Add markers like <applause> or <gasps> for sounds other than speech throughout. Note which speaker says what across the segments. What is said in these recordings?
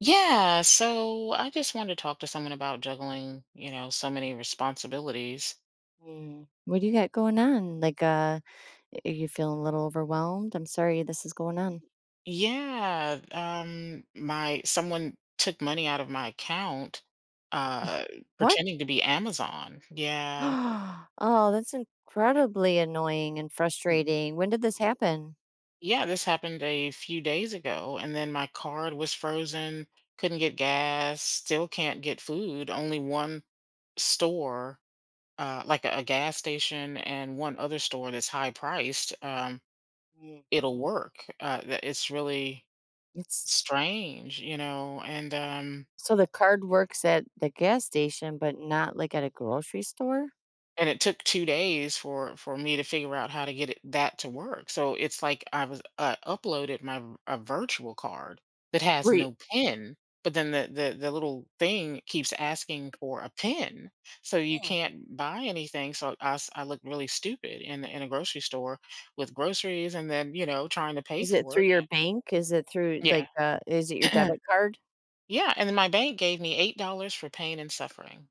Speaker 1: Yeah, so I just wanted to talk to someone about juggling, so many responsibilities.
Speaker 2: Mm. What do you got going on? Are you feeling a little overwhelmed? I'm sorry this is going on.
Speaker 1: Yeah, my someone took money out of my account uh
Speaker 2: What?
Speaker 1: pretending to be Amazon. Yeah.
Speaker 2: <gasps> Oh, that's incredibly annoying and frustrating. When did this happen?
Speaker 1: Yeah, this happened a few days ago and then my card was frozen, couldn't get gas, still can't get food, only one store like a gas station and one other store that's high priced.
Speaker 2: Mm.
Speaker 1: It'll work. That it's really
Speaker 2: It's
Speaker 1: strange, you know, and um,
Speaker 2: so the card works at the gas station, but not like at a grocery store?
Speaker 1: and it took 2 days for me to figure out how to get it, that to work. So it's like I was uploaded my a virtual card that has
Speaker 2: Right.
Speaker 1: no pin, but then the little thing keeps asking for a pin, so you
Speaker 2: Hmm.
Speaker 1: can't buy anything. So I looked really stupid in a grocery store with groceries, and then trying to pay
Speaker 2: Is it
Speaker 1: for
Speaker 2: through
Speaker 1: it.
Speaker 2: your bank? Is it through
Speaker 1: Yeah.
Speaker 2: like is it your
Speaker 1: <clears throat>
Speaker 2: debit card?
Speaker 1: Yeah, and then my bank gave me $8 for pain and suffering.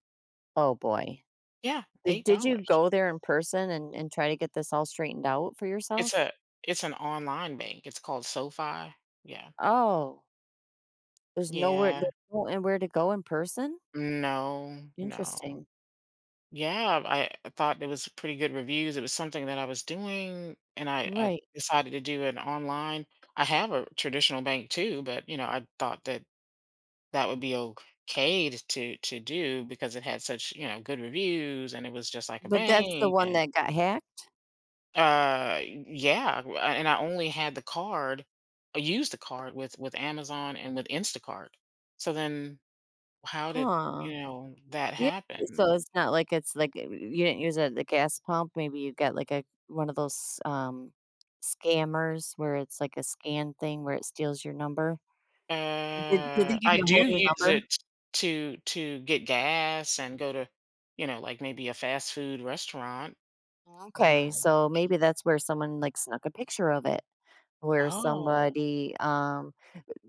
Speaker 2: Oh boy.
Speaker 1: Yeah,
Speaker 2: Did you
Speaker 1: $8.
Speaker 2: go there in person and try to get this all straightened out for
Speaker 1: It's
Speaker 2: yourself?
Speaker 1: a it's an online bank. It's called SoFi. Yeah.
Speaker 2: Oh. There's nowhere
Speaker 1: Yeah.
Speaker 2: there's no and where to go in person?
Speaker 1: No, no.
Speaker 2: Interesting.
Speaker 1: Yeah, I thought it was pretty good reviews. It was something that I was doing, and I
Speaker 2: Right.
Speaker 1: decided to do an online. I have a traditional bank too, but I thought that that would be okay to do because it had such good reviews, and it was just like a
Speaker 2: But that's the
Speaker 1: bank,
Speaker 2: one
Speaker 1: and
Speaker 2: that got hacked?
Speaker 1: Yeah, and I only had the card, I used the card with Amazon and with Instacart. So then, how did
Speaker 2: Huh.
Speaker 1: that
Speaker 2: Yeah,
Speaker 1: happen?
Speaker 2: so it's not like it's you didn't use a the gas pump, maybe you got, like, a one of those, scammers where it's like a scan thing where it steals your number? Did they give
Speaker 1: I
Speaker 2: you a
Speaker 1: do
Speaker 2: whole new
Speaker 1: use
Speaker 2: number?
Speaker 1: it to get gas and go to, like maybe a fast food restaurant.
Speaker 2: Okay,
Speaker 1: Um,
Speaker 2: so maybe that's where someone, like, snuck a picture of it, where
Speaker 1: oh,
Speaker 2: somebody,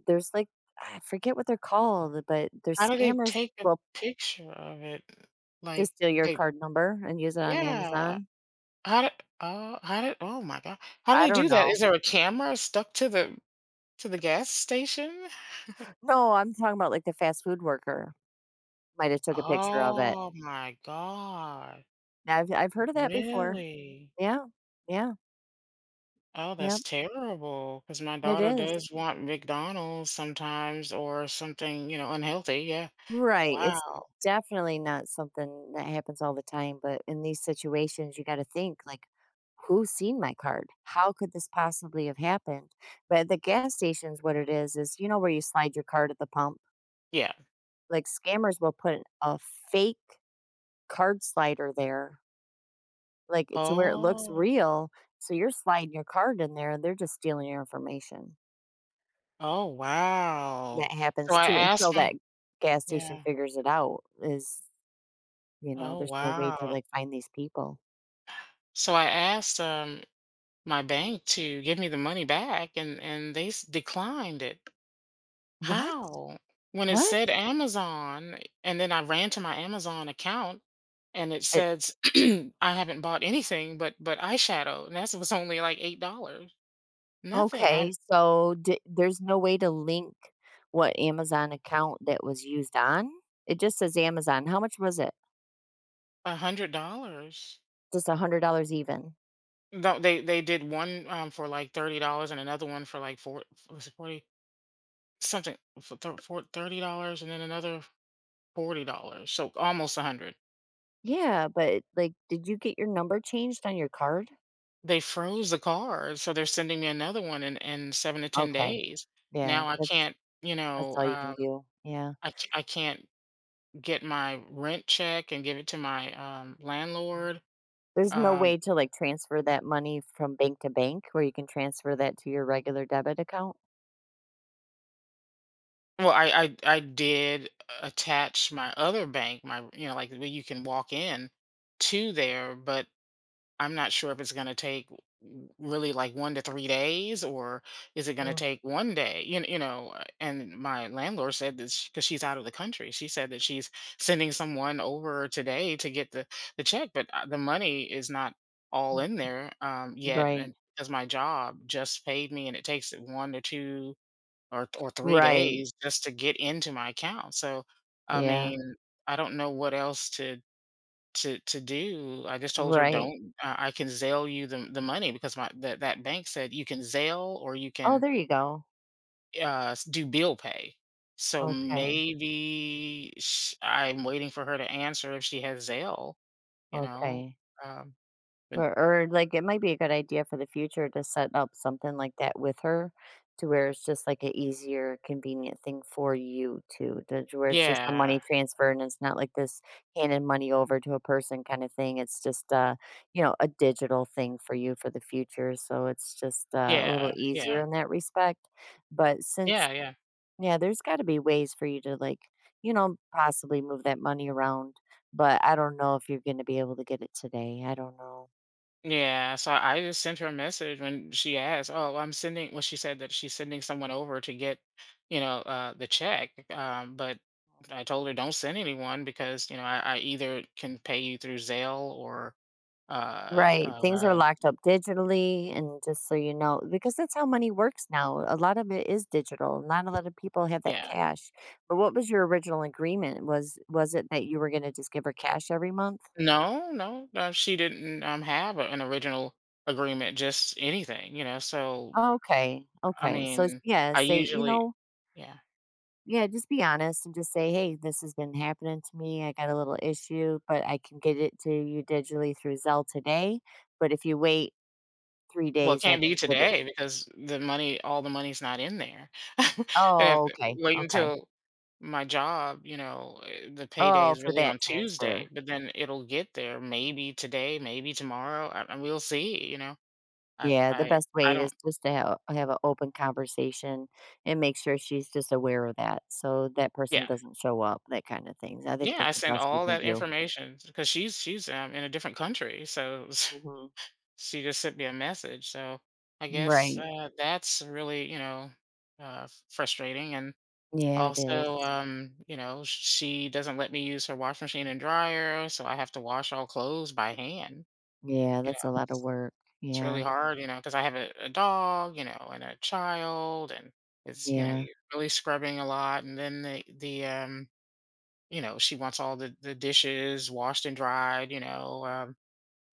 Speaker 2: there's, like, I forget what they're called, but there's
Speaker 1: how do they
Speaker 2: scammers
Speaker 1: take a
Speaker 2: well
Speaker 1: picture of it?
Speaker 2: to
Speaker 1: Like
Speaker 2: steal your
Speaker 1: they,
Speaker 2: card number and use it on
Speaker 1: yeah.
Speaker 2: Amazon?
Speaker 1: How did, oh my God. How do
Speaker 2: I
Speaker 1: they
Speaker 2: don't
Speaker 1: do that?
Speaker 2: know.
Speaker 1: Is there a camera stuck to the gas station?
Speaker 2: No, I'm talking about, like, the fast food worker might have took a picture of it.
Speaker 1: Oh my God.
Speaker 2: I've heard of that before.
Speaker 1: Really?
Speaker 2: Yeah. Yeah.
Speaker 1: Oh,
Speaker 2: Yeah.
Speaker 1: that's terrible. Cause my
Speaker 2: It
Speaker 1: daughter
Speaker 2: is.
Speaker 1: does want McDonald's sometimes or something, unhealthy, yeah.
Speaker 2: Right, it's
Speaker 1: Wow.
Speaker 2: definitely not something that happens all the time, but in these situations, you gotta think, like, "Who's seen my card? How could this possibly have happened?" But at the gas stations, what it is, you know where you slide your card at the pump?
Speaker 1: Yeah.
Speaker 2: Like, scammers will put a fake card slider there. Like, it to where it looks
Speaker 1: Oh.
Speaker 2: real, so you're sliding your card in there, and they're just stealing your information.
Speaker 1: Oh, wow.
Speaker 2: That
Speaker 1: So
Speaker 2: happens
Speaker 1: I
Speaker 2: too until
Speaker 1: asked my
Speaker 2: that gas station
Speaker 1: Yeah.
Speaker 2: figures it out is, you know,
Speaker 1: Oh,
Speaker 2: there's no way to,
Speaker 1: wow.
Speaker 2: like, find these people.
Speaker 1: So I asked, my bank to give me the money back and they s declined it.
Speaker 2: What?
Speaker 1: How? When it
Speaker 2: What?
Speaker 1: said Amazon, and then I ran to my Amazon account, and it
Speaker 2: It
Speaker 1: says, <clears throat> "I haven't bought anything but eyeshadow," and that was only like $8. Nothing, I
Speaker 2: okay, so d there's no way to link what Amazon account that was used on? It just says Amazon. How much was it?
Speaker 1: $100.
Speaker 2: Just $100 even.
Speaker 1: No, they did one, for like $30, and another one for like four, was it 40 something for $30, and then another $40, so almost 100.
Speaker 2: Yeah, but, like, did you get your number changed on your card?
Speaker 1: They froze the card, so they're sending me another one in 7 to 10
Speaker 2: Okay,
Speaker 1: days.
Speaker 2: yeah,
Speaker 1: Now I can't,
Speaker 2: that's all you can do, yeah.
Speaker 1: I can't get my rent check and give it to my, landlord.
Speaker 2: There's no
Speaker 1: Um,
Speaker 2: way to, like, transfer that money from bank to bank where you can transfer that to your regular debit account?
Speaker 1: well, I did attach my other bank, my like, where you can walk in to there, but I'm not sure if it's going to take really like 1 to 3 days or is it going to
Speaker 2: Mm,
Speaker 1: take 1 day. You, kn- you know And my landlord said this because she's out of the country. She said that she's sending someone over today to get the check, but the money is not all in there yet,
Speaker 2: right.
Speaker 1: and because my job just paid me and it takes 1 to 2 or three
Speaker 2: Right.
Speaker 1: days just to get into my account, so I
Speaker 2: Yeah.
Speaker 1: mean I don't know what else to do. I just told her,
Speaker 2: Right.
Speaker 1: "Don't. I can Zelle you the money because my that that bank said you can Zelle or you
Speaker 2: Oh,
Speaker 1: can
Speaker 2: there you go.
Speaker 1: do bill pay." So
Speaker 2: Okay.
Speaker 1: maybe sh I'm waiting for her to answer if she has Zelle, you know.
Speaker 2: Okay.
Speaker 1: Um, but
Speaker 2: Or, like, it might be a good idea for the future to set up something like that with her to where it's just, like, a easier, convenient thing for you to where it's just a
Speaker 1: yeah,
Speaker 2: money transfer and it's not like this handing money over to a person kinda thing. It's just, you know, a digital thing for you for the future, so it's just, a little
Speaker 1: yeah,
Speaker 2: easier
Speaker 1: yeah,
Speaker 2: in that respect. But since
Speaker 1: yeah, yeah.
Speaker 2: yeah, there's gotta be ways for you to, like, you know, possibly move that money around, but I don't know if you're gonna be able to get it today. I don't know.
Speaker 1: Yeah, so I just sent her a message when she asked, "Oh, I'm sending." Well, she said that she's sending someone over to get, the check. But I told her don't send anyone because I either can pay you through Zelle or uh,
Speaker 2: Right. Things are
Speaker 1: uh,
Speaker 2: locked up digitally. And just so you know, because that's how money works now. A lot of it is digital. Not a lot of people have that
Speaker 1: yeah.
Speaker 2: cash. But what was your original agreement? Was it that you were gonna just give her cash every month?
Speaker 1: No, no, no, she didn't have an original agreement, just anything. So
Speaker 2: Okay.
Speaker 1: I
Speaker 2: Okay. So
Speaker 1: mean,
Speaker 2: yeah,
Speaker 1: I
Speaker 2: say, you
Speaker 1: usually,
Speaker 2: know,
Speaker 1: yeah.
Speaker 2: yeah, just be honest and just say, hey, this has been happening to me. I got a little issue, but I can get it to you digitally through Zelle today. But if you wait three
Speaker 1: Well, it
Speaker 2: days, I
Speaker 1: can't be
Speaker 2: can get it.
Speaker 1: today because the money all the money's not in there. <laughs> I have
Speaker 2: Oh,
Speaker 1: to
Speaker 2: okay.
Speaker 1: wait
Speaker 2: Okay.
Speaker 1: until my job, the payday
Speaker 2: Oh,
Speaker 1: is
Speaker 2: for
Speaker 1: really
Speaker 2: that
Speaker 1: on
Speaker 2: transfer.
Speaker 1: Tuesday, but then it'll get there maybe today, maybe tomorrow, I and we'll see, you know? I
Speaker 2: Yeah, the
Speaker 1: I
Speaker 2: best
Speaker 1: I
Speaker 2: way is
Speaker 1: don't.
Speaker 2: just to have an open conversation and make sure she's just aware of that, so that person
Speaker 1: Yeah.
Speaker 2: doesn't show up, that kinda things. I think
Speaker 1: Yeah,
Speaker 2: that's
Speaker 1: I
Speaker 2: the
Speaker 1: sent
Speaker 2: best you
Speaker 1: all
Speaker 2: can
Speaker 1: that
Speaker 2: do.
Speaker 1: information because she's in a different country, so <laughs> s
Speaker 2: Mhm.
Speaker 1: she just sent me a message, so I guess,
Speaker 2: Right.
Speaker 1: that's really, frustrating and
Speaker 2: Yeah, it is.
Speaker 1: Also, she doesn't let me use her wash machine and dryer, so I have to wash all clothes by hand.
Speaker 2: Yeah,
Speaker 1: You
Speaker 2: that's
Speaker 1: know,
Speaker 2: a lot of
Speaker 1: it's
Speaker 2: work.
Speaker 1: it's
Speaker 2: Yeah.
Speaker 1: really hard, because I have a dog, and a child, and it's,
Speaker 2: Yeah.
Speaker 1: you're really scrubbing a lot. And then she wants all the dishes washed and dried,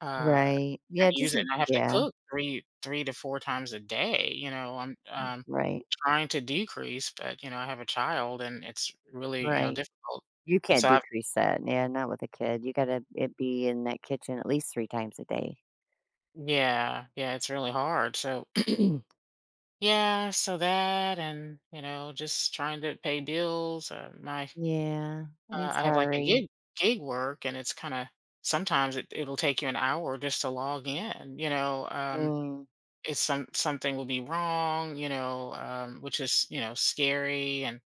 Speaker 1: uh,
Speaker 2: Right.
Speaker 1: and
Speaker 2: Yeah, just
Speaker 1: use it.
Speaker 2: l
Speaker 1: And I have to
Speaker 2: yeah.
Speaker 1: cook three, three to four times a day, I'm,
Speaker 2: Right.
Speaker 1: trying to decrease, but, I have a child and it's really,
Speaker 2: Right.
Speaker 1: difficult.
Speaker 2: You can't
Speaker 1: So I've
Speaker 2: decrease that. Yeah, not with a kid. You gotta it be in that kitchen at least 3 times a day.
Speaker 1: Yeah, yeah, it's really hard. So <clears throat> yeah, so that and, just trying to pay bills. My
Speaker 2: Yeah. I'm
Speaker 1: I have like a
Speaker 2: sorry.
Speaker 1: gig work and it's kind of sometimes it'll take you an hour just to log in.
Speaker 2: Mm.
Speaker 1: It's some something will be wrong, which is scary, and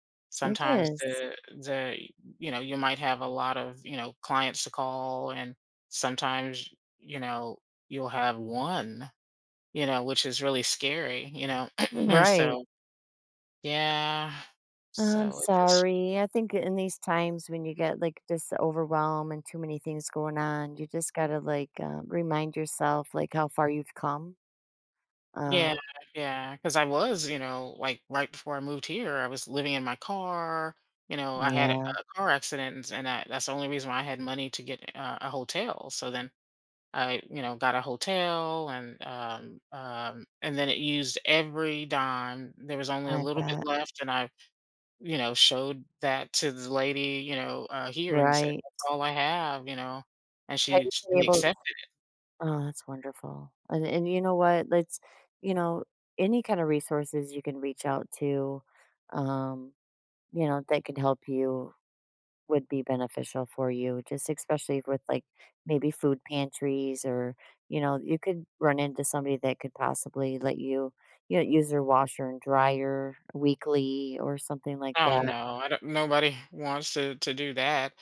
Speaker 2: It
Speaker 1: sometimes
Speaker 2: is.
Speaker 1: the you might have a lot of clients to call, and sometimes you know you'll have one, which is really scary. <clears throat>
Speaker 2: Right.
Speaker 1: So yeah,
Speaker 2: I'm
Speaker 1: so it just
Speaker 2: sorry. I think in these times when you get like this overwhelm and too many things going on, you just gotta like, remind yourself like how far you've come.
Speaker 1: Yeah,
Speaker 2: Um,
Speaker 1: yeah, because I was, like, right before I moved here, I was living in my car, I had a
Speaker 2: yeah,
Speaker 1: a car accident, and s and that that's the only reason why I had money to get a hotel, so then I, got a hotel and, and then it used every dime. There was only a
Speaker 2: I
Speaker 1: little bit
Speaker 2: bet.
Speaker 1: left, and I, showed that to the lady, here and said,
Speaker 2: Right.
Speaker 1: "That's all I have," and
Speaker 2: Have
Speaker 1: she
Speaker 2: you been
Speaker 1: she
Speaker 2: able?
Speaker 1: accepted
Speaker 2: Oh, that's wonderful. And you know what? Let's you know any kind of resources you can reach out to, um, you know that can help you would be beneficial for you, just especially with like maybe food pantries or, you know, you could run into somebody that could possibly let you, you know, use their washer and dryer weekly or something like
Speaker 1: Oh
Speaker 2: that.
Speaker 1: no, I don't, nobody wants to do that.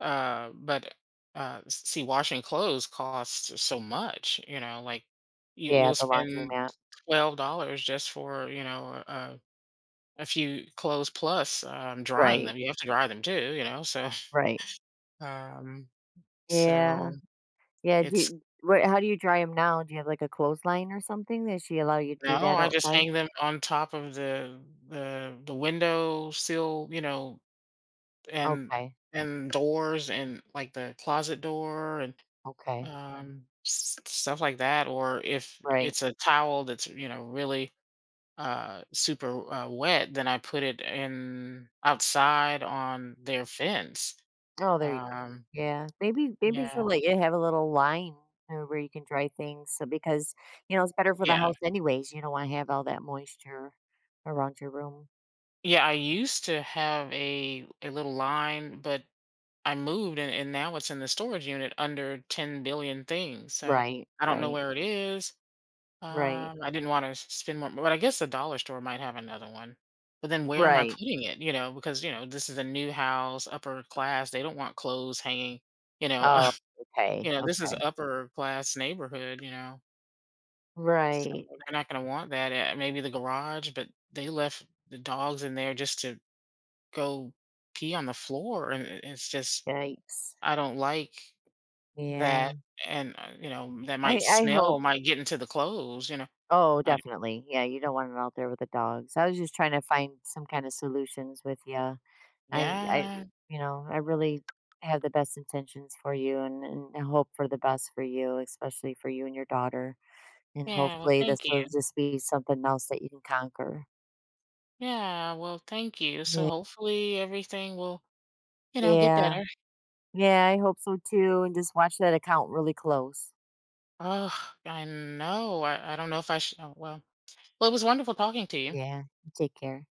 Speaker 1: But see, washing clothes costs so much. Like you
Speaker 2: Yeah,
Speaker 1: you'll
Speaker 2: the
Speaker 1: spend
Speaker 2: laundromat.
Speaker 1: $12 just for a few clothes plus drying
Speaker 2: Right,
Speaker 1: them. You have to dry them too.
Speaker 2: right.
Speaker 1: <laughs> Um, so
Speaker 2: Yeah, yeah. Do
Speaker 1: it's
Speaker 2: you, what, how do you dry them now? Do you have like a clothesline or something? Does she allow you to do
Speaker 1: No,
Speaker 2: that
Speaker 1: I just
Speaker 2: outside?
Speaker 1: hang them on top of the window sill, and
Speaker 2: Okay,
Speaker 1: doors and like the closet door and
Speaker 2: okay,
Speaker 1: stuff like that, or if
Speaker 2: right.
Speaker 1: it's a towel that's really super wet, then I put it in outside on their fence.
Speaker 2: Oh, there you go.
Speaker 1: um
Speaker 2: Yeah, maybe she'll
Speaker 1: yeah,
Speaker 2: let you have a little line where you can dry things, so because, you know, it's better for the
Speaker 1: yeah,
Speaker 2: house anyways, you don't wanna have all that moisture around your room.
Speaker 1: yeah, I used to have a little line, but I moved, and now it's in the storage unit under 10 billion things, so
Speaker 2: Right,
Speaker 1: I don't know
Speaker 2: right,
Speaker 1: where it is.
Speaker 2: right,
Speaker 1: I didn't wanna spend more, but I guess the dollar store might have another one. But then where am I
Speaker 2: right.
Speaker 1: putting it, because, this is a new house, upper class, they don't want clothes hanging, you know,
Speaker 2: Oh,
Speaker 1: <laughs>
Speaker 2: okay,
Speaker 1: this is
Speaker 2: okay.
Speaker 1: upper class neighborhood, so
Speaker 2: Right,
Speaker 1: they're not gonna want that, maybe the garage, but they left the dogs in there just to go pee on the floor, and it's just
Speaker 2: yikes.
Speaker 1: I don't like that,
Speaker 2: Yeah.
Speaker 1: and, that might
Speaker 2: I hope.
Speaker 1: smell, might get into the clothes.
Speaker 2: Oh,
Speaker 1: I
Speaker 2: definitely. Yeah, you don't want it out there with the dogs. I was just trying to find some kind of solutions with you. I,
Speaker 1: Yeah.
Speaker 2: you know, I really have the best intentions for you and I hope for the best for you, especially for you and your daughter. And
Speaker 1: Yeah, well,
Speaker 2: hopefully this
Speaker 1: thank you.
Speaker 2: will just be something else that you can conquer.
Speaker 1: Yeah, well, thank you. So
Speaker 2: Yeah.
Speaker 1: hopefully everything will, get
Speaker 2: Yeah.
Speaker 1: better.
Speaker 2: Yeah, I hope so too. And just watch that account really close.
Speaker 1: Oh, I know. I don't know if I should. Oh, well, it was wonderful talking to you.
Speaker 2: Yeah. Take care.